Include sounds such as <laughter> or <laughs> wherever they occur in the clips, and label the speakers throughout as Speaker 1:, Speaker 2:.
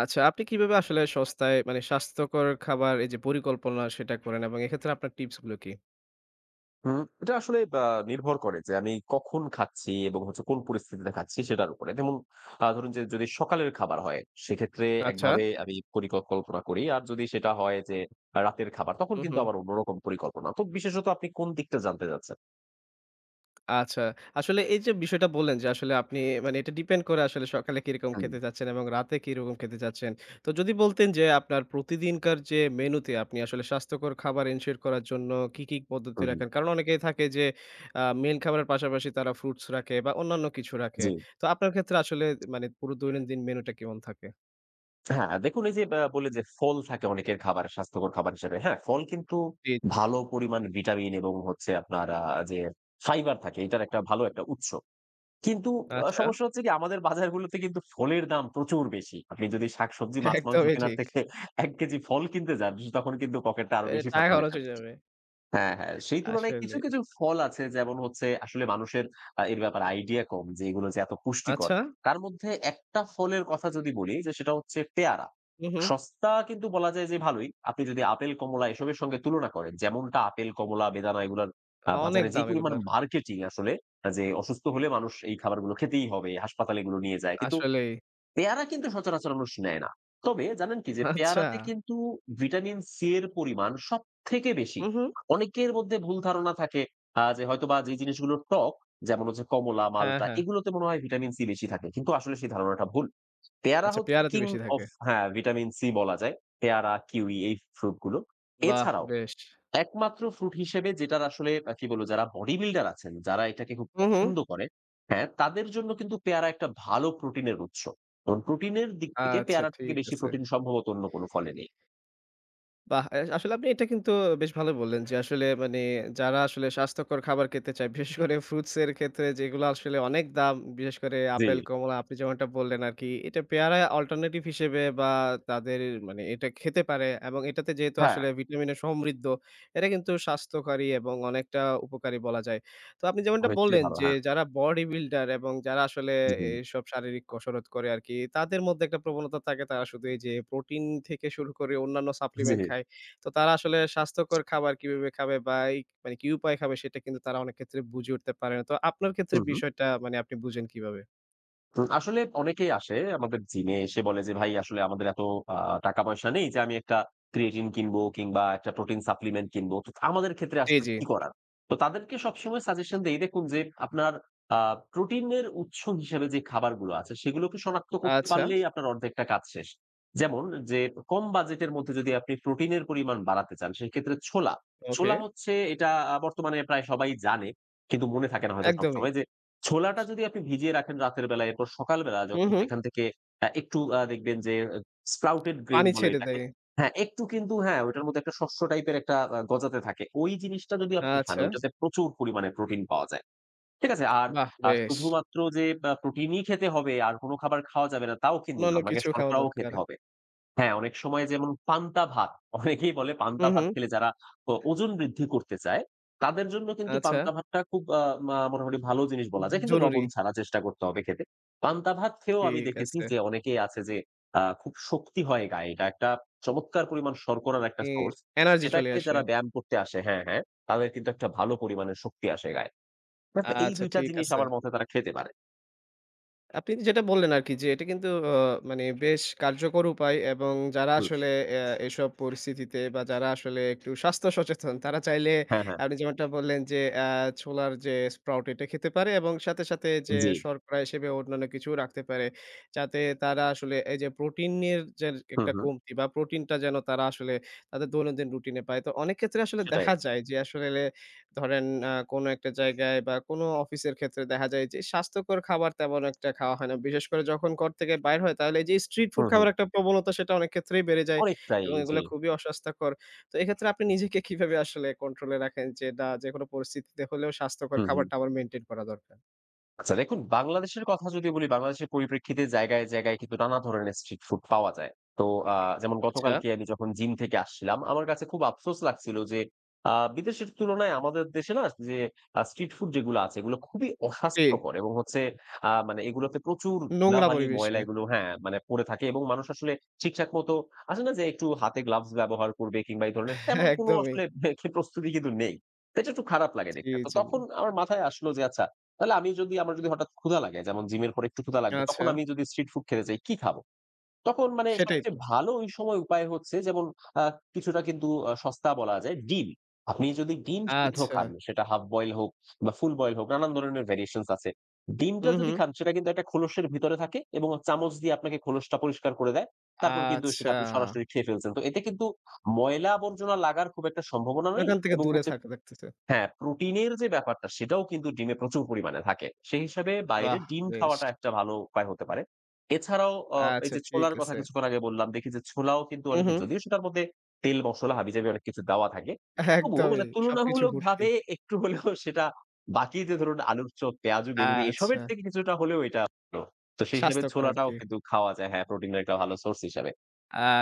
Speaker 1: আচ্ছা, আপনি কিভাবে আসলে সস্তায় মানে স্বাস্থ্যকর খাবার এই যে পরিকল্পনা সেটা করেন এবং এক্ষেত্রে আপনার টিপস গুলো কি?
Speaker 2: হুম, এটা আসলে নির্ভর করে যে আমি কখন খাচ্ছি এবং হচ্ছে কোন পরিস্থিতিতে খাচ্ছি সেটার উপরে। যেমন ধরুন যে যদি সকালের খাবার হয়, সেক্ষেত্রে
Speaker 1: আচ্ছা।
Speaker 2: একভাবে আমি পরিকল্পনা করি। আর যদি সেটা হয় যে রাতের খাবার তখন
Speaker 1: হুম,
Speaker 2: কিন্তু
Speaker 1: হুম।
Speaker 2: আমার অন্যরকম পরিকল্পনা। তো বিশেষত আপনি কোন দিকটা জানতে চাচ্ছেন?
Speaker 1: আচ্ছা। আসলে এই যে বিষয়টা বললেন যে আসলে আপনি মানে এটা ডিপেন্ড করে আসলে সকালে কিরকম
Speaker 2: হুম,
Speaker 1: খেতে চাচ্ছেন এবং রাতে কিরকম খেতে চাচ্ছেন। তো যদি বলতেন যে আপনার প্রতিদিনকার যে মেনুতে আপনি আসলে স্বাস্থ্যকর খাবার এনশিওর করার জন্য কি, কি পদ্ধতি
Speaker 2: হুম,
Speaker 1: রাখেন? কারণ অনেকেই থাকে যে মেইন খাবারের পাশাপাশি তারা ফ্রুটস রাখে বা অন্যান্য কিছু রাখে।
Speaker 2: জি।
Speaker 1: তো আপনার ক্ষেত্রে আসলে মানে পুরো দৈনন্দিন মেনুটা কেমন থাকে?
Speaker 2: হ্যাঁ, দেখুন এই যে বললেন যে ফল থাকে অনেকের খাবার স্বাস্থ্যকর খাবার হিসেবে। হ্যাঁ, ফল কিন্তু
Speaker 1: জি।
Speaker 2: ভালো পরিমাণ ভিটামিন এবং হচ্ছে আপনার আ যে ফাইবার থাকে এটার একটা ভালো একটা উৎস। কিন্তু
Speaker 1: আচ্ছা।
Speaker 2: সমস্যা হচ্ছে কি আমাদের বাজারগুলোতে কিন্তু ফলের দাম প্রচুর বেশি। আপনি যদি শাকসবজি, মাছ, মাংস
Speaker 1: একদমই
Speaker 2: কেনার
Speaker 1: ঠিক।
Speaker 2: থেকে ১ কেজি ফল কিনতে যান তখন কিন্তু পকেটটা আরো
Speaker 1: এ
Speaker 2: বেশি
Speaker 1: টাকা
Speaker 2: ফাঁকা হয়ে
Speaker 1: খরচ
Speaker 2: যাবে।
Speaker 1: হয়ে যাবে।
Speaker 2: হ্যাঁ, হ্যাঁ। সেই তুলনায় কিছু,
Speaker 1: আসলেই।
Speaker 2: কিছু ফল আছে যেমন হচ্ছে আসলে মানুষের এর ব্যাপারে আইডিয়া কম যে এগুলো যে এত পুষ্টিকর।
Speaker 1: আচ্ছা।
Speaker 2: তার মধ্যে একটা ফলের কথা যদি বলি যে সেটা হচ্ছে পেয়ারা।
Speaker 1: হু, হু।
Speaker 2: সস্তা কিন্তু বলা যায় যে ভালোই। আপনি যদি আপেল, কমলা এসবের সঙ্গে তুলনা করেন, যেমনটা আপেল, কমলা, বেদানা এগুলার
Speaker 1: অনেক
Speaker 2: বাজারে যে
Speaker 1: দাম
Speaker 2: পরিমাণ
Speaker 1: এগুলার।
Speaker 2: মার্কেটিং আসলে যে অসুস্থ হলে মানুষ এই খাবারগুলো খেতেই হবে, হাসপাতালে এগুলো নিয়ে যায়। কিন্তু
Speaker 1: আসলেই।
Speaker 2: পেয়ারা কিন্তু সচরাচর মানুষ নেয় না। তবে জানেন কি? যে
Speaker 1: আচ্ছা।
Speaker 2: পেয়ারাতে কিন্তু ভিটামিন সি এর পরিমাণ সবথেকে বেশি।
Speaker 1: হু, হু।
Speaker 2: অনেকের মধ্যে ভুল ধারণা থাকে যে হয়তোবা যে জিনিসগুলো টক যেমন হচ্ছে কমলা,
Speaker 1: হ্যাঁ,
Speaker 2: মালটা
Speaker 1: হ্যাঁ।
Speaker 2: এগুলোতে মনে হয় ভিটামিন সি বেশি থাকে। কিন্তু আসলে সেই ধারণাটা ভুল। পেয়ারা
Speaker 1: আচ্ছা
Speaker 2: হচ্ছে
Speaker 1: পেয়ারাতে
Speaker 2: কিং
Speaker 1: বেশি থাকে।
Speaker 2: অফ হ্যাঁ, ভিটামিন সি বলা যায়। পেয়ারা, কিউই এই ফ্রুট গুলো।
Speaker 1: বাহ!
Speaker 2: এছাড়াও
Speaker 1: বেশ।
Speaker 2: একমাত্র ফ্রুট হিসেবে যেটার আসলে কি বলবো যারা বডি বিল্ডার আছেন, যারা এটাকে খুব
Speaker 1: হু, হু।
Speaker 2: পছন্দ করে, হ্যাঁ? তাদের জন্য কিন্তু পেয়ারা একটা ভালো প্রোটিনের উৎস। কারণ প্রোটিনের দিক থেকে
Speaker 1: আচ্ছা
Speaker 2: পেয়ারার থেকে
Speaker 1: ঠিক
Speaker 2: বেশি
Speaker 1: আছে।
Speaker 2: প্রোটিন সম্ভবত অন্য কোন ফলে নেই।
Speaker 1: বাহ! এ আসলে আপনি এটা কিন্তু বেশ ভালো বললেন যে, আসলে মানে যারা আসলে স্বাস্থ্যকর খাবার খেতে চায়, বিশেষ করে ফ্রুটস এর ক্ষেত্রে যেগুলো আসলে অনেক দাম, বিশেষ করে
Speaker 2: জি।
Speaker 1: আপেল, কমলা আপনি যেমনটা বললেন আরকি। এটা পেয়ারা অল্টারনেটিভ হিসেবে বা তাদের মানে এটা খেতে পারে এবং এটাতে যেহেতু
Speaker 2: হ্যাঁ,
Speaker 1: আসলে ভিটামিনে সমৃদ্ধ, এটা কিন্তু স্বাস্থ্যকারী এবং অনেকটা উপকারী বলা যায়। তো আপনি যেমনটা
Speaker 2: অনেকটাই
Speaker 1: বললেন
Speaker 2: ভালো।
Speaker 1: যে,
Speaker 2: হ্যাঁ।
Speaker 1: যারা বডি বিল্ডার এবং যারা আসলে
Speaker 2: হুম,
Speaker 1: এইসব শারীরিক কসরত করে আরকি, তাদের মধ্যে একটা প্রবণতা থাকে তারা শুধু এই যে প্রোটিন থেকে শুরু করে অন্যান্য
Speaker 2: জি।
Speaker 1: সাপ্লিমেন্ট খায়। তো তারা আসলে স্বাস্থ্যকর খাবার কিভাবে খাবে বা এই মানে কি উপায়ে খাবে সেটা কিন্তু তারা অনেক ক্ষেত্রে বুঝে উঠতে পারে না। তো আপনার ক্ষেত্রে
Speaker 2: হুম, হুম।
Speaker 1: বিষয়টা মানে আপনি বুঝেন কিভাবে?
Speaker 2: হুম, আসলে অনেকেই আসে আমাদের জিমে এসে বলে যে, "ভাই আসলে আমাদের এত আ টাকা-পয়সা নেই যে আমি একটা ক্রিয়েটিন কিনবো কিংবা একটা প্রোটিন সাপ্লিমেন্ট কিনবো। তো আমাদের ক্ষেত্রে
Speaker 1: জি,
Speaker 2: আসলে
Speaker 1: জি।
Speaker 2: কি করার?" তো তাদেরকে সবসময় সাজেশন দেই দেখুন যে আপনার আ প্রোটিনের উৎস হিসেবে যে খাবারগুলো আছে সেগুলোকে শনাক্ত করতে
Speaker 1: আচ্ছা,
Speaker 2: পারলেই আপনার অর্ধেকটা কাজ শেষ। যেমন যে কম বাজেটের মধ্যে যদি আপনি প্রোটিনের পরিমাণ বাড়াতে চান সেক্ষেত্রে ছোলা।
Speaker 1: ওকে।
Speaker 2: ছোলা হচ্ছে এটা বর্তমানে প্রায় সবাই জানে। কিন্তু মনে থাকে না হয়তো
Speaker 1: একদমই।
Speaker 2: সবসময় যে ছোলাটা যদি আপনি ভিজিয়ে রাখেন রাতের বেলা, এরপর সকালবেলা
Speaker 1: হুম,
Speaker 2: যখন
Speaker 1: হুম।
Speaker 2: সেখান থেকে একটু দেখবেন যে স্প্রাউটেড গ্রেইন
Speaker 1: পানি
Speaker 2: বলে
Speaker 1: ছেড়ে
Speaker 2: এটাকে।
Speaker 1: দেয়।
Speaker 2: হ্যাঁ, একটু কিন্তু হ্যাঁ, ওটার মধ্যে একটা শস্য টাইপের একটা গজাতে থাকে। ওই জিনিসটা যদি আপনি খান,
Speaker 1: আচ্ছা।
Speaker 2: ওইটাতে প্রচুর পরিমাণে প্রোটিন পাওয়া যায়। ঠিক আছে? আর
Speaker 1: বাহ! বেশ।
Speaker 2: শুধুমাত্র যে প্রোটিনই খেতে হবে আর কোন খাবার খাওয়া যাবে না, তাও কিন্তু না।
Speaker 1: অন্যান্য
Speaker 2: আপনাকে
Speaker 1: কিছু খাওয়া
Speaker 2: শর্করাও
Speaker 1: দরকার।
Speaker 2: খেতে হবে। হ্যাঁ, অনেক সময় যেমন পান্তা ভাত। অনেকেই বলে পান্তা
Speaker 1: হুম,
Speaker 2: ভাত
Speaker 1: হুম।
Speaker 2: খেলে যারা ওজন বৃদ্ধি করতে চায়, তাদের জন্য কিন্তু
Speaker 1: আচ্ছা।
Speaker 2: পান্তা ভাতটা খুব আ মা মোটামুটি ভালো জিনিস বলা যায়। কিন্তু
Speaker 1: জরুরি।
Speaker 2: লবণ ছাড়া চেষ্টা করতে হবে খেতে। পান্তা ভাত খেয়েও আমি
Speaker 1: ঠিক
Speaker 2: দেখেছি
Speaker 1: আছে।
Speaker 2: যে অনেকেই আছে যে খুব শক্তি হয় গায়ে। এটা একটা চমৎকার পরিমাণ শর্করার একটা
Speaker 1: ই
Speaker 2: সোর্স।
Speaker 1: এনার্জি
Speaker 2: সেটা
Speaker 1: চলে
Speaker 2: খেয়ে
Speaker 1: আসে।
Speaker 2: যারা ব্যায়াম করতে আসে হ্যাঁ, হ্যাঁ, তাদের কিন্তু একটা ভালো পরিমাণের শক্তি আসে গায়ে। বাট এই
Speaker 1: আচ্ছা
Speaker 2: ২ টা
Speaker 1: ঠিক
Speaker 2: জিনিস
Speaker 1: আছে।
Speaker 2: আমার মতে তারা খেতে পারে।
Speaker 1: আপনি যেটা বললেন আরকি যে এটা কিন্তু মানে বেশ কার্যকর উপায় এবং যারা
Speaker 2: হুম।
Speaker 1: আসলে এসব পরিস্থিতিতে বা যারা আসলে একটু স্বাস্থ্য সচেতন তারা চাইলে
Speaker 2: হ্যাঁ, হ্যাঁ।
Speaker 1: আপনি যেমনটা বললেন যে ছোলার যে স্প্রাউট এটা খেতে পারে এবং সাথে, সাথে যে
Speaker 2: জি।
Speaker 1: শর্করা হিসেবে অন্যান্য কিছুও রাখতে পারে। যাতে তারা আসলে এই যে প্রোটিনের যে
Speaker 2: হুম,
Speaker 1: একটা
Speaker 2: হুম।
Speaker 1: কমতি বা প্রোটিনটা যেন তারা আসলে তাদের দৈনন্দিন রুটিনে পায়। তো অনেক ক্ষেত্রে আসলে
Speaker 2: সেটাই।
Speaker 1: দেখা যায় যে আসলে ধরেন কোনো একটা জায়গায় বা কোনো অফিসের ক্ষেত্রে দেখা যায় যে স্বাস্থ্যকর খাবার তেমন একটা খাওয়া হয় না। বিশেষ করে যখন ঘর থেকে বাইর হয় তাহলে এই যে স্ট্রিট ফুড
Speaker 2: হুম, হুম।
Speaker 1: খাবার একটা প্রবণতা সেটা অনেক ক্ষেত্রেই বেড়ে যায়
Speaker 2: অনেকটাই
Speaker 1: এবং এগুলো
Speaker 2: জি।
Speaker 1: খুবই অস্বাস্থ্যকর। তো এক্ষেত্রে আপনি নিজেকে কিভাবে আসলে কন্ট্রোলে রাখেন যে না যেকোনো পরিস্থিতিতে হলেও স্বাস্থ্যকর
Speaker 2: হুম, হুম।
Speaker 1: খাবারটা আমার মেইনটেইন করা দরকার?
Speaker 2: আচ্ছা দেখুন বাংলাদেশের কথা যদি বলি, বাংলাদেশের পরিপ্রেক্ষিতে জায়গায়, জায়গায় কিন্তু নানা ধরনের স্ট্রিট ফুড পাওয়া যায়। তো আ যেমন
Speaker 1: আচ্ছা,
Speaker 2: গতকালকে আমি যখন জিম থেকে আসছিলাম, আমার কাছে খুব আফসোস লাগছিল যে বিদেশের তুলনায় আমাদের দেশে না যে স্ট্রিট ফুড যেগুলো আছে এগুলো খুবই
Speaker 1: জি,
Speaker 2: অস্বাস্থ্যকর এবং হচ্ছে মানে এগুলোতে প্রচুর
Speaker 1: নোংরা
Speaker 2: ধুলাবালি,
Speaker 1: পরিবেশে।
Speaker 2: ময়লা এগুলো হ্যাঁ, মানে পড়ে থাকে এবং মানুষ আসলে ঠিকঠাক মতো আসে না যে একটু হাতে গ্লাভস ব্যবহার করবে কিংবা এই ধরনের
Speaker 1: <laughs>
Speaker 2: তেমন
Speaker 1: হ্যাঁ,
Speaker 2: কোনো
Speaker 1: একদমই।
Speaker 2: আসলে <laughs> প্রস্তুতি কিন্তু নেই। তো এটা একটু খারাপ লাগে
Speaker 1: জি,
Speaker 2: দেখতে। তো
Speaker 1: জি।
Speaker 2: তখন আমার মাথায় আসলো যে আচ্ছা তাহলে আমি যদি আমার যদি হঠাৎ ক্ষুধা লাগে, যেমন জিমের পরে একটু ক্ষুধা লাগবে,
Speaker 1: আচ্ছা,
Speaker 2: তখন আমি যদি স্ট্রিট ফুড খেতে চাই, কি খাবো? তখন মানে
Speaker 1: সেটাই
Speaker 2: সবচেয়ে
Speaker 1: তো।
Speaker 2: ভালো ওই সময় উপায় হচ্ছে যেমন আ কিছুটা কিন্তু সস্তা বলা যায় ডিম। আপনি যদি ডিম সিদ্ধ
Speaker 1: আচ্ছা।
Speaker 2: খান, সেটা হাফ বয়েল হোক বা ফুল বয়েল হোক, নানান ধরনের ভেরিয়েশনস আছে।
Speaker 1: হু,
Speaker 2: ডিমটা
Speaker 1: হু।
Speaker 2: যদি খান সেটা কিন্তু একটা খোলসের ভিতরে থাকে এবং চামচ দিয়ে আপনাকে খোলসটা পরিষ্কার করে দেয়। তারপর কিন্তু সেটা
Speaker 1: আচ্ছা।
Speaker 2: আপনি সরাসরি খেয়ে ফেলছেন। তো এতে কিন্তু ময়লা আবর্জনা লাগার খুব একটা সম্ভাবনা নেই
Speaker 1: ওখান থেকে
Speaker 2: এবং
Speaker 1: দূরে
Speaker 2: হচ্ছে
Speaker 1: থাকা লাগতেছে।
Speaker 2: হ্যাঁ, প্রোটিনের যে ব্যাপারটা সেটাও কিন্তু ডিমে প্রচুর পরিমাণে থাকে। সেই হিসাবে বাইরে
Speaker 1: বাহ!
Speaker 2: ডিম
Speaker 1: বেশ।
Speaker 2: খাওয়াটা একটা ভালো উপায় হতে পারে। এছাড়াও এই
Speaker 1: আচ্ছা
Speaker 2: যে
Speaker 1: ঠিক
Speaker 2: ছোলার কথা
Speaker 1: আছে।
Speaker 2: কিছুক্ষণ আগে বললাম, দেখি যে ছোলাও কিন্তু
Speaker 1: হু,
Speaker 2: অনেকে
Speaker 1: হু।
Speaker 2: যদিও সেটার মধ্যে তেল, মসলা, হাবিজাবি অনেক কিছু দেওয়া থাকে। তবুও
Speaker 1: একদমই
Speaker 2: মানে
Speaker 1: সবকিছু ভর্তি।
Speaker 2: তুলনামূলকভাবে একটু হলেও সেটা বাকি যে ধরুন আলুর চপ, পেঁয়াজু, বেগুনি
Speaker 1: আচ্ছা
Speaker 2: এসবের থেকে কিছুটা হলেও এটা ভালো। তো সেই হিসাবে
Speaker 1: স্বাস্থ্যকর
Speaker 2: ছোলাটাও
Speaker 1: আরকি।
Speaker 2: কিন্তু খাওয়া যায়। হ্যাঁ, প্রোটিনের একটা ভালো সোর্স হিসাবে।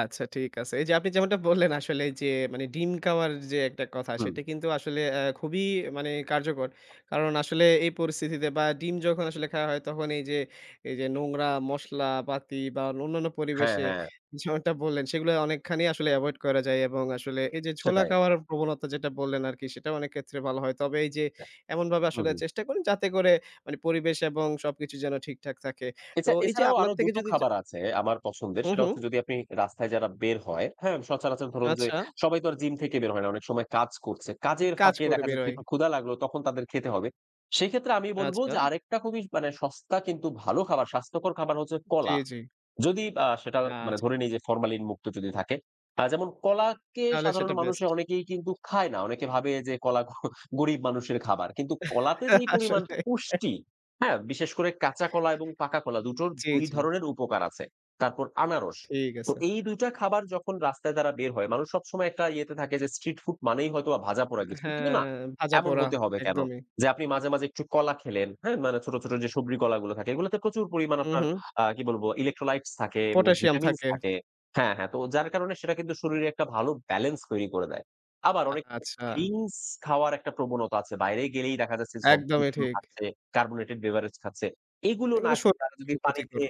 Speaker 1: আচ্ছা ঠিক আছে। এই যে আপনি যেমনটা বললেন আসলে যে মানে ডিম খাওয়ার যে একটা কথা
Speaker 2: হুম।
Speaker 1: সেটা কিন্তু আসলে খুবই মানে কার্যকর। কারণ আসলে এই পরিস্থিতিতে বা ডিম যখন আসলে খাওয়া হয় তখন এই যে নোংরা মসলাপাতি বা অন্যান্য
Speaker 2: হ্যাঁ,
Speaker 1: পরিবেশে
Speaker 2: হ্যাঁ।
Speaker 1: যেমনটা বললেন সেগুলো অনেকখানি আসলে এভয়েড করা যায় এবং আসলে এই যে ছোলা
Speaker 2: সেটাই।
Speaker 1: খাওয়ার প্রবণতা যেটা বললেন আরকি সেটাও অনেক ক্ষেত্রে ভালো হয়। তবে এই যে
Speaker 2: হ্যাঁ।
Speaker 1: এমনভাবে আসলে
Speaker 2: হুম।
Speaker 1: চেষ্টা করেন যাতে করে মানে পরিবেশ এবং সবকিছু যেন ঠিকঠাক থাকে। তো এই যে
Speaker 2: এছাড়াও
Speaker 1: আপনার
Speaker 2: আরো ২
Speaker 1: থেকে
Speaker 2: টো
Speaker 1: যদি
Speaker 2: খাবার আছে আমার পছন্দের।
Speaker 1: হুম,
Speaker 2: সেটা
Speaker 1: হুম।
Speaker 2: হচ্ছে যদি আপনি রাস্তায় যারা বের হয়, হ্যাঁ? সচরাচর ধরুন যে
Speaker 1: আচ্ছা।
Speaker 2: সবাই তো আর জিম থেকে বের হয় না। অনেক সময় কাজ করছে। কাজের
Speaker 1: কাজ
Speaker 2: ফাঁকে
Speaker 1: করে
Speaker 2: দেখা
Speaker 1: বের
Speaker 2: যাচ্ছে
Speaker 1: হয়।
Speaker 2: একটু ক্ষুধা লাগলো তখন তাদের খেতে হবে। সেক্ষেত্রে আমি বলব
Speaker 1: আচ্ছা।
Speaker 2: যে আরেকটা খুবই মানে সস্তা কিন্তু ভালো খাবার, স্বাস্থ্যকর খাবার হচ্ছে
Speaker 1: জি,
Speaker 2: কলা।
Speaker 1: জি।
Speaker 2: যদি সেটা মানে
Speaker 1: আচ্ছা।
Speaker 2: ধরে নিই যে ফরমালিন মুক্ত যদি থাকে। যেমন কলাকে
Speaker 1: তাহলে
Speaker 2: সাধারণ
Speaker 1: সেটা
Speaker 2: মানুষে
Speaker 1: বেস্ট।
Speaker 2: অনেকেই কিন্তু খায় না। অনেকে ভাবে যে কলা গরিব মানুষের খাবার। কিন্তু কলাতে যেই
Speaker 1: <laughs>
Speaker 2: পরিমাণ
Speaker 1: আসলে।
Speaker 2: পুষ্টি, হ্যাঁ? বিশেষ করে কাঁচা কলা এবং পাকা কলা দুটোর
Speaker 1: জি,
Speaker 2: ২
Speaker 1: জি।
Speaker 2: ধরনের উপকার আছে। তারপর আনারস।
Speaker 1: ঠিক
Speaker 2: তো
Speaker 1: আছে।
Speaker 2: এই ২ টা খাবার যখন রাস্তায় তারা বের হয়, মানুষ সবসময় একটা ইয়েতে থাকে যে স্ট্রিট ফুড মানেই হয়তোবা ভাজাপোড়া কিছু। কিন্তু না,
Speaker 1: হ্যাঁ,
Speaker 2: এমন
Speaker 1: ভাজাপোড়া
Speaker 2: হতে হবে কেন?
Speaker 1: একদমই।
Speaker 2: যে আপনি মাঝে, মাঝে একটু কলা খেলেন, হ্যাঁ? মানে ছোট, ছোট যে সবরি কলাগুলো থাকে এগুলোতে প্রচুর পরিমাণ
Speaker 1: হু,
Speaker 2: আপনার
Speaker 1: হু।
Speaker 2: কি বলবো? ইলেক্ট্রোলাইটস থাকে এবং
Speaker 1: পটাশিয়াম
Speaker 2: ভিটামিনস
Speaker 1: থাকে।
Speaker 2: থাকে হ্যাঁ, হ্যাঁ। তো যার কারণে সেটা কিন্তু শরীরে একটা ভালো ব্যালেন্স তৈরি করে দেয়। আবার অনেক
Speaker 1: আচ্ছা।
Speaker 2: ড্রিংকস খাওয়ার একটা প্রবণতা আছে। বাইরে গেলেই দেখা যাচ্ছে সফট
Speaker 1: একদমই
Speaker 2: ড্রিংকস গুলো
Speaker 1: ঠিক।
Speaker 2: খাচ্ছে, কার্বোনেটেড বেভারেজ খাচ্ছে। এগুলো না
Speaker 1: এগুলো
Speaker 2: খেয়ে তারা
Speaker 1: শরীরের
Speaker 2: যদি
Speaker 1: জন্য
Speaker 2: পানিতে
Speaker 1: ক্ষতিকর।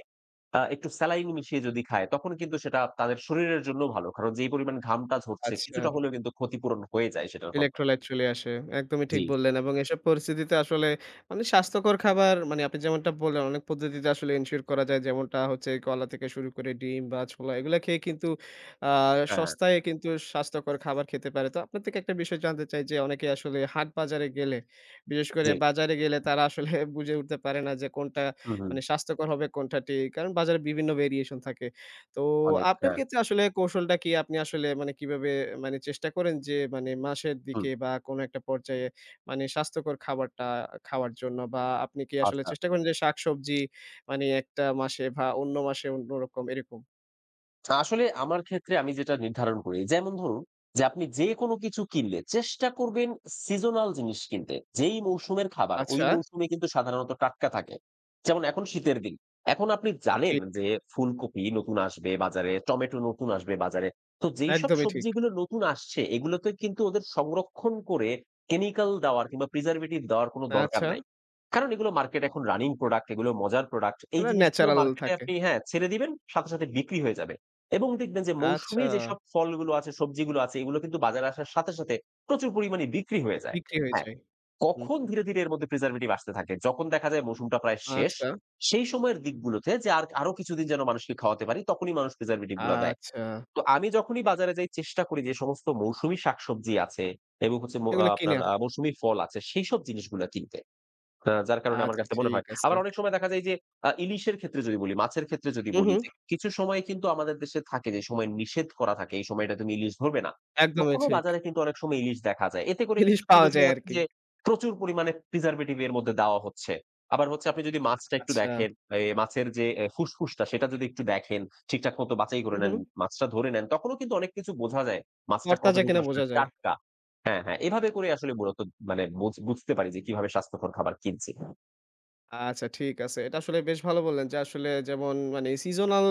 Speaker 2: একটু স্যালাইন মিশিয়ে যদি খায়, তখন কিন্তু সেটা তাদের শরীরের জন্য ভালো। কারণ যেই পরিমাণ ঘামটা ঝরছে
Speaker 1: আচ্ছা।
Speaker 2: কিছুটা হলেও কিন্তু ক্ষতিপূরণ হয়ে যায় সেটার মাধ্যমে।
Speaker 1: ইলেক্ট্রোলাইট চলে আসে। একদমই ঠিক
Speaker 2: জি, জি।
Speaker 1: বললেন এবং এসব পরিস্থিতিতে আসলে মানে স্বাস্থ্যকর খাবার মানে আপনি যেমনটা বললেন অনেক পদ্ধতিতে আসলে এনশিওর করা যায়। যেমনটা হচ্ছে কলা থেকে শুরু করে ডিম বা ছোলা এগুলা খেয়ে কিন্তু আ
Speaker 2: হ্যাঁ,
Speaker 1: সস্তায় কিন্তু স্বাস্থ্যকর খাবার খেতে পারে। তো আপনার থেকে একটা বিষয় জানতে চাই যে অনেকে আসলে হাট বাজারে গেলে, বিশেষ করে
Speaker 2: জি।
Speaker 1: বাজারে গেলে তারা আসলে <laughs> বুঝে উঠতে পারে না যে কোনটা
Speaker 2: হুম, হুম।
Speaker 1: মানে স্বাস্থ্যকর হবে কোনটা ঠিক। কারণ বাজারে বিভিন্ন ভেরিয়েশন থাকে। তো
Speaker 2: অনেক
Speaker 1: আপনার
Speaker 2: হ্যাঁ।
Speaker 1: ক্ষেত্রে আসলে কৌশলটা কি? আপনি আসলে মানে কিভাবে মানে চেষ্টা করেন যে মানে মাসের
Speaker 2: হুম,
Speaker 1: দিকে বা কোনো একটা পর্যায়ে মানে স্বাস্থ্যকর খাবারটা খাওয়ার জন্য? বা আপনি কি আসলে
Speaker 2: আচ্ছা।
Speaker 1: চেষ্টা করেন যে শাকসবজি মানে একটা মাসে বা অন্য মাসে অন্যরকম এরকম?
Speaker 2: আসলে আমার ক্ষেত্রে আমি যেটা নির্ধারণ করি, যেমন ধরুন আপনি যে কোনো কিছু কিনলে চেষ্টা করবেন সিজনাল জিনিস কিনতে। যেই মৌসুমের খাবার ওই
Speaker 1: আচ্ছা,
Speaker 2: মৌসুমে কিন্তু সাধারণত টাটকা থাকে। যেমন এখন শীতের দিন। এখন আপনি জানেন
Speaker 1: ঠিক।
Speaker 2: যে ফুলকপি নতুন আসবে বাজারে, টমেটো নতুন আসবে বাজারে। তো যেইসব
Speaker 1: একদমই ঠিক।
Speaker 2: সবজিগুলো নতুন আসছে এগুলোতে কিন্তু ওদের সংরক্ষণ করে কেমিক্যাল দেওয়ার কিংবা প্রিজারভেটিভ দেওয়ার কোনো দরকার
Speaker 1: আচ্ছা।
Speaker 2: নাই। কারণ এগুলো মার্কেট এখন রানিং প্রোডাক্ট, এগুলো মজার প্রোডাক্ট। এই
Speaker 1: মানে
Speaker 2: জিনিসগুলো
Speaker 1: ন্যাচারাল
Speaker 2: মার্কেটে
Speaker 1: থাকে।
Speaker 2: আপনি হ্যাঁ, ছেড়ে দিবেন সাথে, সাথে বিক্রি হয়ে যাবে। এবং দেখবেন যে
Speaker 1: আচ্ছা,
Speaker 2: মৌসুমী যেসব ফলগুলো আছে, সবজিগুলো আছে এগুলো কিন্তু বাজারে আসার সাথে, সাথে প্রচুর পরিমাণে বিক্রি হয়ে যায়।
Speaker 1: বিক্রি হয়ে
Speaker 2: হ্যাঁ?
Speaker 1: যায়। হুম।
Speaker 2: কখন ধীরে, ধীরে এর মধ্যে প্রিজার্ভেটিভ আসতে থাকে। যখন দেখা যায় মৌসুমটা প্রায় শেষ,
Speaker 1: আচ্ছা,
Speaker 2: সেই সময়ের দিকগুলোতে যে আরো কিছুদিন যেন মানুষকে খাওয়াতে পারি তখনই মানুষ প্রিজার্ভেটিভ গুলা দেয়।
Speaker 1: আচ্ছা।
Speaker 2: তো আমি যখনই বাজারে যাই চেষ্টা করি যে সমস্ত মৌসুমী শাকসবজি আছে এবং হচ্ছে ম আ
Speaker 1: এগুলো
Speaker 2: আপনার
Speaker 1: কিনার।
Speaker 2: মৌসুমী ফল আছে সেইসব জিনিসগুলা কিনতে। যার কারণে আমার
Speaker 1: আচ্ছা
Speaker 2: কাছে মনে
Speaker 1: ঠিক
Speaker 2: হয়।
Speaker 1: আছে।
Speaker 2: আবার অনেক সময় দেখা যায় যে ইলিশের ক্ষেত্রে যদি বলি, মাছের ক্ষেত্রে যদি
Speaker 1: হু, হু।
Speaker 2: বলি যে কিছু সময় কিন্তু আমাদের দেশে থাকে যে সময় নিষেধ করা থাকে, এই সময়টা তুমি ইলিশ ধরবে না।
Speaker 1: একদমই
Speaker 2: তখনও
Speaker 1: ঠিক।
Speaker 2: বাজারে কিন্তু অনেক সময় ইলিশ দেখা যায়। এতে করে
Speaker 1: জিনিস
Speaker 2: কিন্তু কি
Speaker 1: পাওয়া
Speaker 2: বোঝা
Speaker 1: যায়
Speaker 2: যাচ্ছে
Speaker 1: আরকি।
Speaker 2: যে প্রচুর পরিমাণে প্রিজার্ভেটিভ এর মধ্যে দেওয়া হচ্ছে। আবার হচ্ছে আপনি যদি মাছটা একটু
Speaker 1: আচ্ছা।
Speaker 2: দেখেন, মাছের যে ফুসফুসটা সেটা যদি একটু দেখেন, ঠিকঠাক মতো বাছাই
Speaker 1: হু,
Speaker 2: করে
Speaker 1: হু।
Speaker 2: নেন, মাছটা ধরে নেন, তখনও কিন্তু অনেক কিছু বোঝা যায়। মাছটা
Speaker 1: তরতাজা
Speaker 2: কতটুকু
Speaker 1: কিনা
Speaker 2: আসলে
Speaker 1: বোঝা যায়।
Speaker 2: টাটকা হ্যাঁ, হ্যাঁ। এভাবে করে আসলে মূলত মানে বুঝতে পারি যে কিভাবে স্বাস্থ্যকর খাবার কিনছি।
Speaker 1: আচ্ছা ঠিক আছে। এটা আসলে বেশ ভালো বললেন যে আসলে যেমন মানে seasonal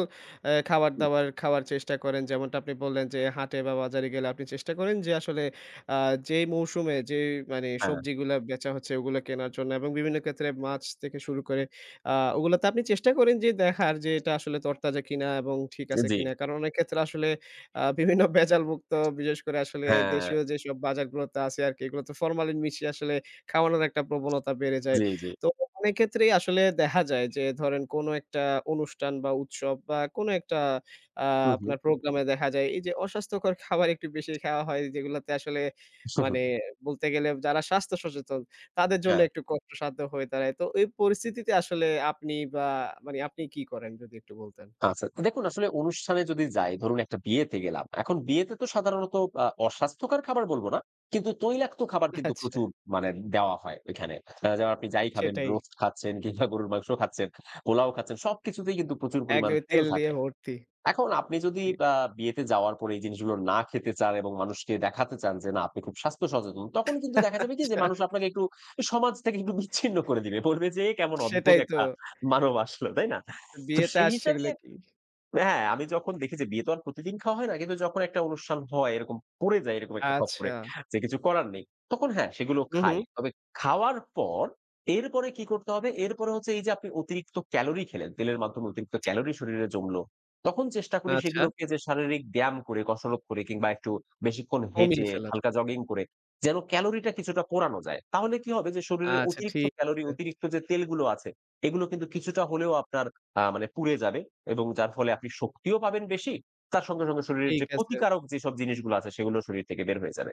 Speaker 2: হুম,
Speaker 1: খাবার-দাবার খাওয়ার চেষ্টা করেন। যেমনটা আপনি বললেন যে হাটে বা বাজারে গেলে আপনি চেষ্টা করেন যে আসলে আ যেই মৌসুমে যেই মানে
Speaker 2: হ্যাঁ,
Speaker 1: সবজিগুলা বেচা হচ্ছে ওগুলা কেনার জন্য এবং বিভিন্ন ক্ষেত্রে মাছ থেকে শুরু করে ওগুলাতে আপনি চেষ্টা করেন যে দেখার যে এটা আসলে তরতাজা কিনা এবং ঠিক আছে
Speaker 2: জি,
Speaker 1: কিনা। কারণ অনেক ক্ষেত্রে আসলে বিভিন্ন <laughs> ভেজালমুক্ত বিশেষ করে আসলে
Speaker 2: হ্যাঁ,
Speaker 1: দেশীয় যেসব বাজারগুলোতে আছে আরকি এগুলোতে ফরমালিন মিশিয়ে আসলে খাওয়ানোর একটা প্রবণতা বেড়ে যায়।
Speaker 2: জি, জি।
Speaker 1: তো অনেক ক্ষেত্রেই আসলে দেখা যায় যে ধরেন কোনো একটা অনুষ্ঠান বা উৎসব বা কোনো একটা আ
Speaker 2: হু, হু,
Speaker 1: আপনার প্রোগ্রামে দেখা যায় এই যে অস্বাস্থ্যকর খাবার একটু বেশি খাওয়া হয় যেগুলাতে আসলে মানে
Speaker 2: <laughs>
Speaker 1: বলতে গেলে যারা স্বাস্থ্য সচেতন তাদের জন্য
Speaker 2: হ্যাঁ,
Speaker 1: একটু কষ্টসাধ্য হয়ে দাঁড়ায়। তো এই পরিস্থিতিতে আসলে আপনি বা মানে আপনি কি করেন যদি একটু বলতেন?
Speaker 2: আচ্ছা। দেখুন আসলে অনুষ্ঠানে যদি যাই, ধরুন একটা বিয়েতে গেলাম। এখন বিয়েতে তো সাধারণত অস্বাস্থ্যকর খাবার বলব না। কিন্তু তৈলাক্ত খাবার কিন্তু
Speaker 1: আচ্ছা
Speaker 2: প্রচুর মানে দেওয়া হয় ওইখানে। যেমন আপনি যাই খাবেন,
Speaker 1: সেটাই।
Speaker 2: রোস্ট খাচ্ছেন কিংবা গরুর মাংস খাচ্ছেন, পোলাও খাচ্ছেন সবকিছুতেই কিন্তু প্রচুর পরিমাণ
Speaker 1: একদমই
Speaker 2: তেল
Speaker 1: তেল দিয়ে
Speaker 2: থাকে।
Speaker 1: ভর্তি।
Speaker 2: এখন আপনি যদি
Speaker 1: জি।
Speaker 2: আ বিয়েতে যাওয়ার পরে এই জিনিসগুলো না খেতে চান এবং মানুষকে দেখাতে চান যে না আপনি খুব স্বাস্থ্য সচেতন, তখন কিন্তু দেখা যাবে কি যে
Speaker 1: আচ্ছা
Speaker 2: মানুষ আপনাকে একটু সমাজ থেকে একটু বিচ্ছিন্ন করে দিবে। বলবে যে এ কেমন অদ্ভুত
Speaker 1: সেটাই তো।
Speaker 2: একটা মানব আসলো, তাই না? তো
Speaker 1: বিয়েতে
Speaker 2: সেই
Speaker 1: আসছে
Speaker 2: হিসাবে
Speaker 1: এগুলো কি?
Speaker 2: হ্যাঁ, আমি যখন দেখি যে বিয়ে তো আর প্রতিদিন খাওয়া হয় না। কিন্তু যখন একটা অনুষ্ঠান হয় এরকম পড়ে যায় এরকম একটা
Speaker 1: আচ্ছা।
Speaker 2: খপ্পরে যে কিছু করার নেই। তখন হ্যাঁ, সেগুলো
Speaker 1: হু, হু।
Speaker 2: খাই। তবে খাওয়ার পর এরপরে কি করতে হবে? এরপরে হচ্ছে এই যে আপনি অতিরিক্ত ক্যালোরি খেলেন, তেলের মাধ্যমে অতিরিক্ত
Speaker 1: জি।
Speaker 2: ক্যালোরি শরীরে জমলো। তখন চেষ্টা করি
Speaker 1: আচ্ছা।
Speaker 2: সেগুলোকে যে শারীরিক ব্যায়াম করে, কসরত করে কিংবা একটু বেশিক্ষণ
Speaker 1: কমিয়ে
Speaker 2: হেঁটে,
Speaker 1: ফেলা।
Speaker 2: হালকা জগিং করে যেন ক্যালোরিটা কিছুটা পোড়ানো যায়। তাহলে কি হবে যে শরীরের
Speaker 1: আচ্ছা
Speaker 2: অতিরিক্ত
Speaker 1: ঠিক
Speaker 2: ক্যালোরি,
Speaker 1: আছে,
Speaker 2: অতিরিক্ত যে তেলগুলো আছে এগুলো কিন্তু কিছুটা হলেও আপনার মানে পুড়ে যাবে। এবং যার ফলে আপনি শক্তিও পাবেন বেশি। তার সঙ্গে, সঙ্গে শরীরের
Speaker 1: ঠিক
Speaker 2: যে
Speaker 1: আছে।
Speaker 2: ক্ষতিকারক যেসব জিনিসগুলো আছে সেগুলো শরীর থেকে বের হয়ে যাবে।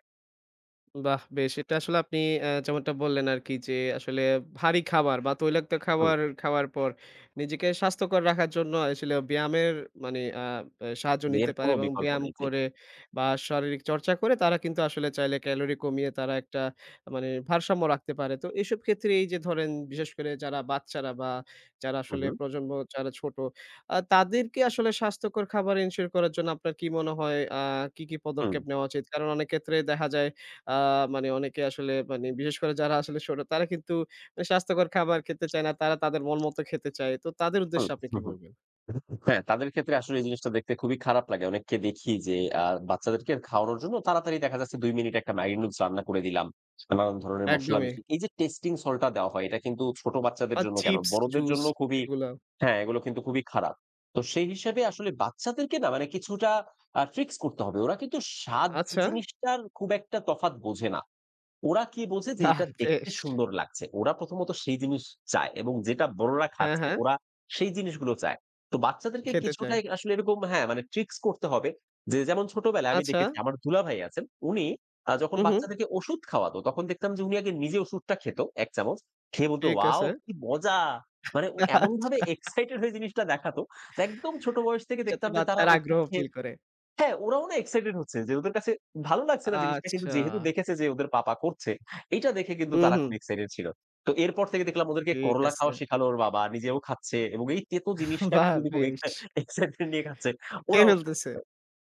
Speaker 1: বাহ! বেশ। এটা আসলে আপনি যেমনটা বললেন আরকি যে, আসলে ভারী খাবার বা তৈলাক্ত
Speaker 2: হুম,
Speaker 1: খাবার খাওয়ার পর নিজেকে স্বাস্থ্যকর রাখার জন্য আসলে ব্যায়ামের মানে আ অ্যা সাহায্য
Speaker 2: জি,
Speaker 1: নিতে
Speaker 2: এর
Speaker 1: পারে
Speaker 2: কোনো
Speaker 1: এবং
Speaker 2: বিকল্প
Speaker 1: ব্যায়াম
Speaker 2: নেই। জি।
Speaker 1: করে বা শারীরিক চর্চা করে তারা কিন্তু আসলে চাইলে ক্যালোরি কমিয়ে তারা একটা মানে ভারসাম্য রাখতে পারে। তো এসব ক্ষেত্রে এই যে ধরেন বিশেষ করে যারা বাচ্চারা বা যারা
Speaker 2: হু,
Speaker 1: আসলে
Speaker 2: হু,
Speaker 1: প্রজন্ম যারা ছোট, তাদেরকে আসলে স্বাস্থ্যকর খাবার এনশিওর করার জন্য আপনার কি মনে হয় কি, কি
Speaker 2: হুম,
Speaker 1: পদক্ষেপ নেওয়া উচিত? কারণ অনেক ক্ষেত্রে দেখা যায় আ মানে অনেকে আসলে মানে বিশেষ করে যারা আসলে ছোট তারা কিন্তু মানে স্বাস্থ্যকর খাবার খেতে চায় না। তারা তাদের মন মতো খেতে চায়। তো তাদের
Speaker 2: হুম,
Speaker 1: উদ্দেশ্যে আপনি
Speaker 2: হু,
Speaker 1: কি
Speaker 2: হু।
Speaker 1: বলবেন?
Speaker 2: হ্যাঁ, তাদের ক্ষেত্রে আসলে এই জিনিসটা দেখতে খুবই খারাপ লাগে। অনেককে দেখি যে আ বাচ্চাদেরকে খাওয়ানোর জন্য তাড়াতাড়ি দেখা যাচ্ছে ২ মিনিটে একটা ম্যাগি নুডলস রান্না করে দিলাম। নানান ধরনের মসলা
Speaker 1: একদমই।
Speaker 2: মিশিয়ে। এই যে টেস্টিং সল্টটা দেওয়া হয় এটা কিন্তু ছোট বাচ্চাদের
Speaker 1: বা
Speaker 2: জন্য কেন,
Speaker 1: চিপস,
Speaker 2: বড়দের
Speaker 1: জুস
Speaker 2: জন্য খুবই
Speaker 1: এগুলা।
Speaker 2: হ্যাঁ, এগুলো কিন্তু খুবই খারাপ। তো সেই হিসাবে আসলে বাচ্চাদেরকে না মানে কিছুটা ট্রিক্স করতে হবে। ওরা কিন্তু স্বাদ
Speaker 1: আচ্ছা।
Speaker 2: জিনিসটার খুব একটা তফাৎ বোঝে না। ওরা কি বলছে যে
Speaker 1: বাহ!
Speaker 2: এটা দেখতে
Speaker 1: বেশ।
Speaker 2: সুন্দর লাগছে। ওরা প্রথমত সেই জিনিস চায় এবং যেটা বড়রা
Speaker 1: হ্যাঁ,
Speaker 2: খাচ্ছে
Speaker 1: হ্যাঁ।
Speaker 2: ওরা সেই জিনিসগুলো চায়। তো বাচ্চাদেরকে
Speaker 1: খেতে
Speaker 2: কিছুটা
Speaker 1: চায়।
Speaker 2: আসলে এরকম হ্যাঁ, মানে ট্রিকস করতে হবে। যে যেমন ছোটবেলায় আমি
Speaker 1: আচ্ছা।
Speaker 2: দেখেছি আমার দুলাভাই আছেন। উনি যখন
Speaker 1: হু, হু।
Speaker 2: বাচ্চাদেরকে ওষুধ খাওয়াতো তখন দেখতাম যে উনি আগে নিজে ওষুধটা খেত ১ চামচ। খেয়ে বলতো,
Speaker 1: ঠিক
Speaker 2: "ওয়াও!
Speaker 1: আছে।
Speaker 2: কি মজা!" মানে ও এমনভাবে
Speaker 1: আচ্ছা।
Speaker 2: এক্সাইটেড হয়ে জিনিসটা দেখাতো। তো একদম ছোট বয়স থেকে
Speaker 1: যাতে
Speaker 2: দেখতাম যে তারা
Speaker 1: বাচ্চারা
Speaker 2: ওষুধ
Speaker 1: আগ্রহ
Speaker 2: খেয়ে
Speaker 1: ফিল করে।
Speaker 2: হ্যাঁ, ওরাও না এক্সাইটেড হচ্ছে যে ওদের কাছে ভালো লাগছে না জিনিসটা কিন্তু
Speaker 1: আচ্ছা।
Speaker 2: যেহেতু দেখেছে যে ওদের পাপা করছে, এইটা দেখে কিন্তু
Speaker 1: হু,
Speaker 2: তারা
Speaker 1: হু।
Speaker 2: খুব এক্সাইটেড ছিল। তো এরপর থেকে দেখলাম ওদেরকে
Speaker 1: ঠিক
Speaker 2: করলা
Speaker 1: আছে।
Speaker 2: খাওয়া শেখালো ওর বাবা, নিজেও খাচ্ছে এবং এই তেতো জিনিসটাকে
Speaker 1: বাহ!
Speaker 2: তিনি খুব
Speaker 1: বেশ।
Speaker 2: এক্সাইটমেন্ট নিয়ে খাচ্ছে।
Speaker 1: খেয়ে
Speaker 2: ওরাও খাচ্ছে
Speaker 1: ফেলতেছে।
Speaker 2: তো।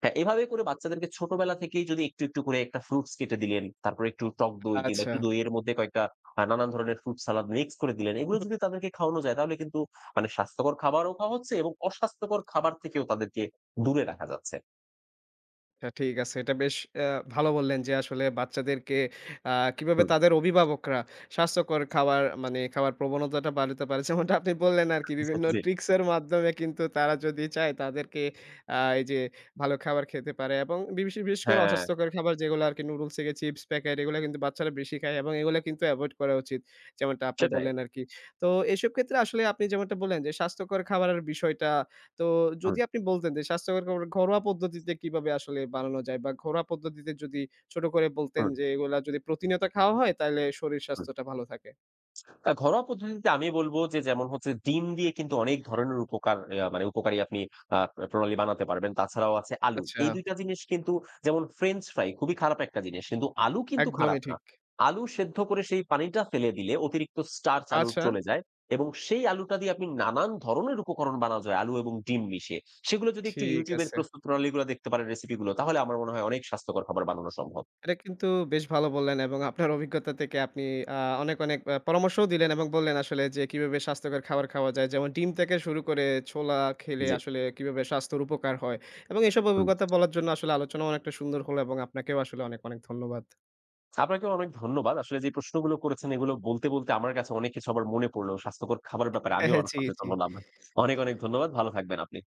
Speaker 2: হ্যাঁ, এভাবে করে বাচ্চাদেরকে ছোটবেলা থেকেই যদি একটু, একটু করে একটা ফ্রুটস কেটে দিলেন, তারপরে একটু টক দই কিংবা
Speaker 1: আচ্ছা।
Speaker 2: একটু দইয়ের মধ্যে কয়েকটা নানান ধরনের ফ্রুট সালাদ মিক্স করে দিলেন। এগুলো যদি তাদেরকে খাওয়ানো যায় তাহলে কিন্তু মানে স্বাস্থ্যকর খাবারও খাওয়া হচ্ছে এবং অস্বাস্থ্যকর খাবার থেকেও তাদেরকে দূরে রাখা যাচ্ছে।
Speaker 1: আচ্ছা ঠিক আছে। এটা বেশ ভালো বললেন যে আসলে বাচ্চাদেরকে কিভাবে
Speaker 2: হুম।
Speaker 1: তাদের অভিভাবকরা স্বাস্থ্যকর খাবার মানে খাওয়ার প্রবণতাটা বাড়াতে পারে। যেমনটা আপনি বললেন আরকি
Speaker 2: জি,
Speaker 1: বিভিন্ন
Speaker 2: জি।
Speaker 1: ট্রিকস এর মাধ্যমে কিন্তু তারা যদি চায় তাদেরকে এই যে ভালো খাবার খেতে পারে এবং বিশেষ করে
Speaker 2: হ্যাঁ,
Speaker 1: অস্বাস্থ্যকর খাবার যেগুলো আরকি নুডলস থেকে চিপস প্যাকেট এগুলো কিন্তু বাচ্চারা বেশি খায় এবং এগুলো কিন্তু এভয়েড করা উচিত। যেমনটা আপনি
Speaker 2: সেটাই।
Speaker 1: বললেন আরকি। তো এসব ক্ষেত্রে আসলে আপনি যেমনটা বললেন যে স্বাস্থ্যকর খাবারের বিষয়টা তো যদি
Speaker 2: হুম,
Speaker 1: আপনি বলতেন যে স্বাস্থ্যকর খাবার ঘরোয়া পদ্ধতিতে কিভাবে আসলে বানানো যায়? বা ঘরোয়া পদ্ধতিতে যদি ছোট করে বলতেন
Speaker 2: হুম,
Speaker 1: যে এগুলা যদি প্রতিনিয়ত খাওয়া হয় তাইলে শরীর
Speaker 2: হুম।
Speaker 1: স্বাস্থ্যটা ভালো থাকে।
Speaker 2: ঘরোয়া পদ্ধতিতে আমি বলব যে যেমন হচ্ছে ডিম দিয়ে কিন্তু অনেক ধরনের উপকার মানে উপকারী আপনি আ প্রণালী বানাতে পারবেন। তাছাড়াও আছে আলু।
Speaker 1: আচ্ছা,
Speaker 2: এই ২ টা জিনিস কিন্তু যেমন ফ্রেঞ্চ ফ্রাই খুবই খারাপ একটা জিনিস। কিন্তু আলু কিন্তু
Speaker 1: একদমই
Speaker 2: খারাপ না।
Speaker 1: ঠিক।
Speaker 2: আলু সেদ্ধ করে সেই পানিটা ফেলে দিলে অতিরিক্ত স্টার্চ আলুর
Speaker 1: আচ্ছা,
Speaker 2: চলে যায় এবং সেই আলুটা দিয়ে আপনি নানান ধরনের উপকরণ বানানো যায় আলু এবং ডিম মিশিয়ে। সেগুলো যদি একটু
Speaker 1: ঠিক
Speaker 2: YouTube এর
Speaker 1: আছে।
Speaker 2: প্রস্তুত প্রণালীগুলো দেখতে পারেন রেসিপি গুলো তাহলে আমার মনে হয় অনেক স্বাস্থ্যকর খাবার বানানো সম্ভব।
Speaker 1: এটা কিন্তু বেশ ভালো বললেন এবং আপনার অভিজ্ঞতা থেকে আপনি আ অনেক, অনেক পরামর্শও দিলেন এবং বললেন আসলে যে কিভাবে স্বাস্থ্যকর খাবার খাওয়া যায়। যেমন ডিম থেকে শুরু করে ছোলা খেলে
Speaker 2: জি,
Speaker 1: আসলে কিভাবে স্বাস্থ্যের উপকার হয়। এবং এসব
Speaker 2: হুম।
Speaker 1: অভিজ্ঞতা বলার জন্য আসলে আলোচনা অনেকটা সুন্দর হলো এবং আপনাকেও আসলে অনেক, অনেক ধন্যবাদ।
Speaker 2: আপনাকে অনেক ধন্যবাদ। আসলে যে প্রশ্নগুলো করেছেন এগুলো বলতে, বলতে আমার কাছে অনেক কিছু আবার মনে পড়লো। স্বাস্থ্যকর খাবারের ব্যাপারে আমিও
Speaker 1: <laughs>
Speaker 2: আরো
Speaker 1: জি, জি।
Speaker 2: সচেতন হলাম। অনেক, অনেক ধন্যবাদ। ভালো থাকবেন আপনি।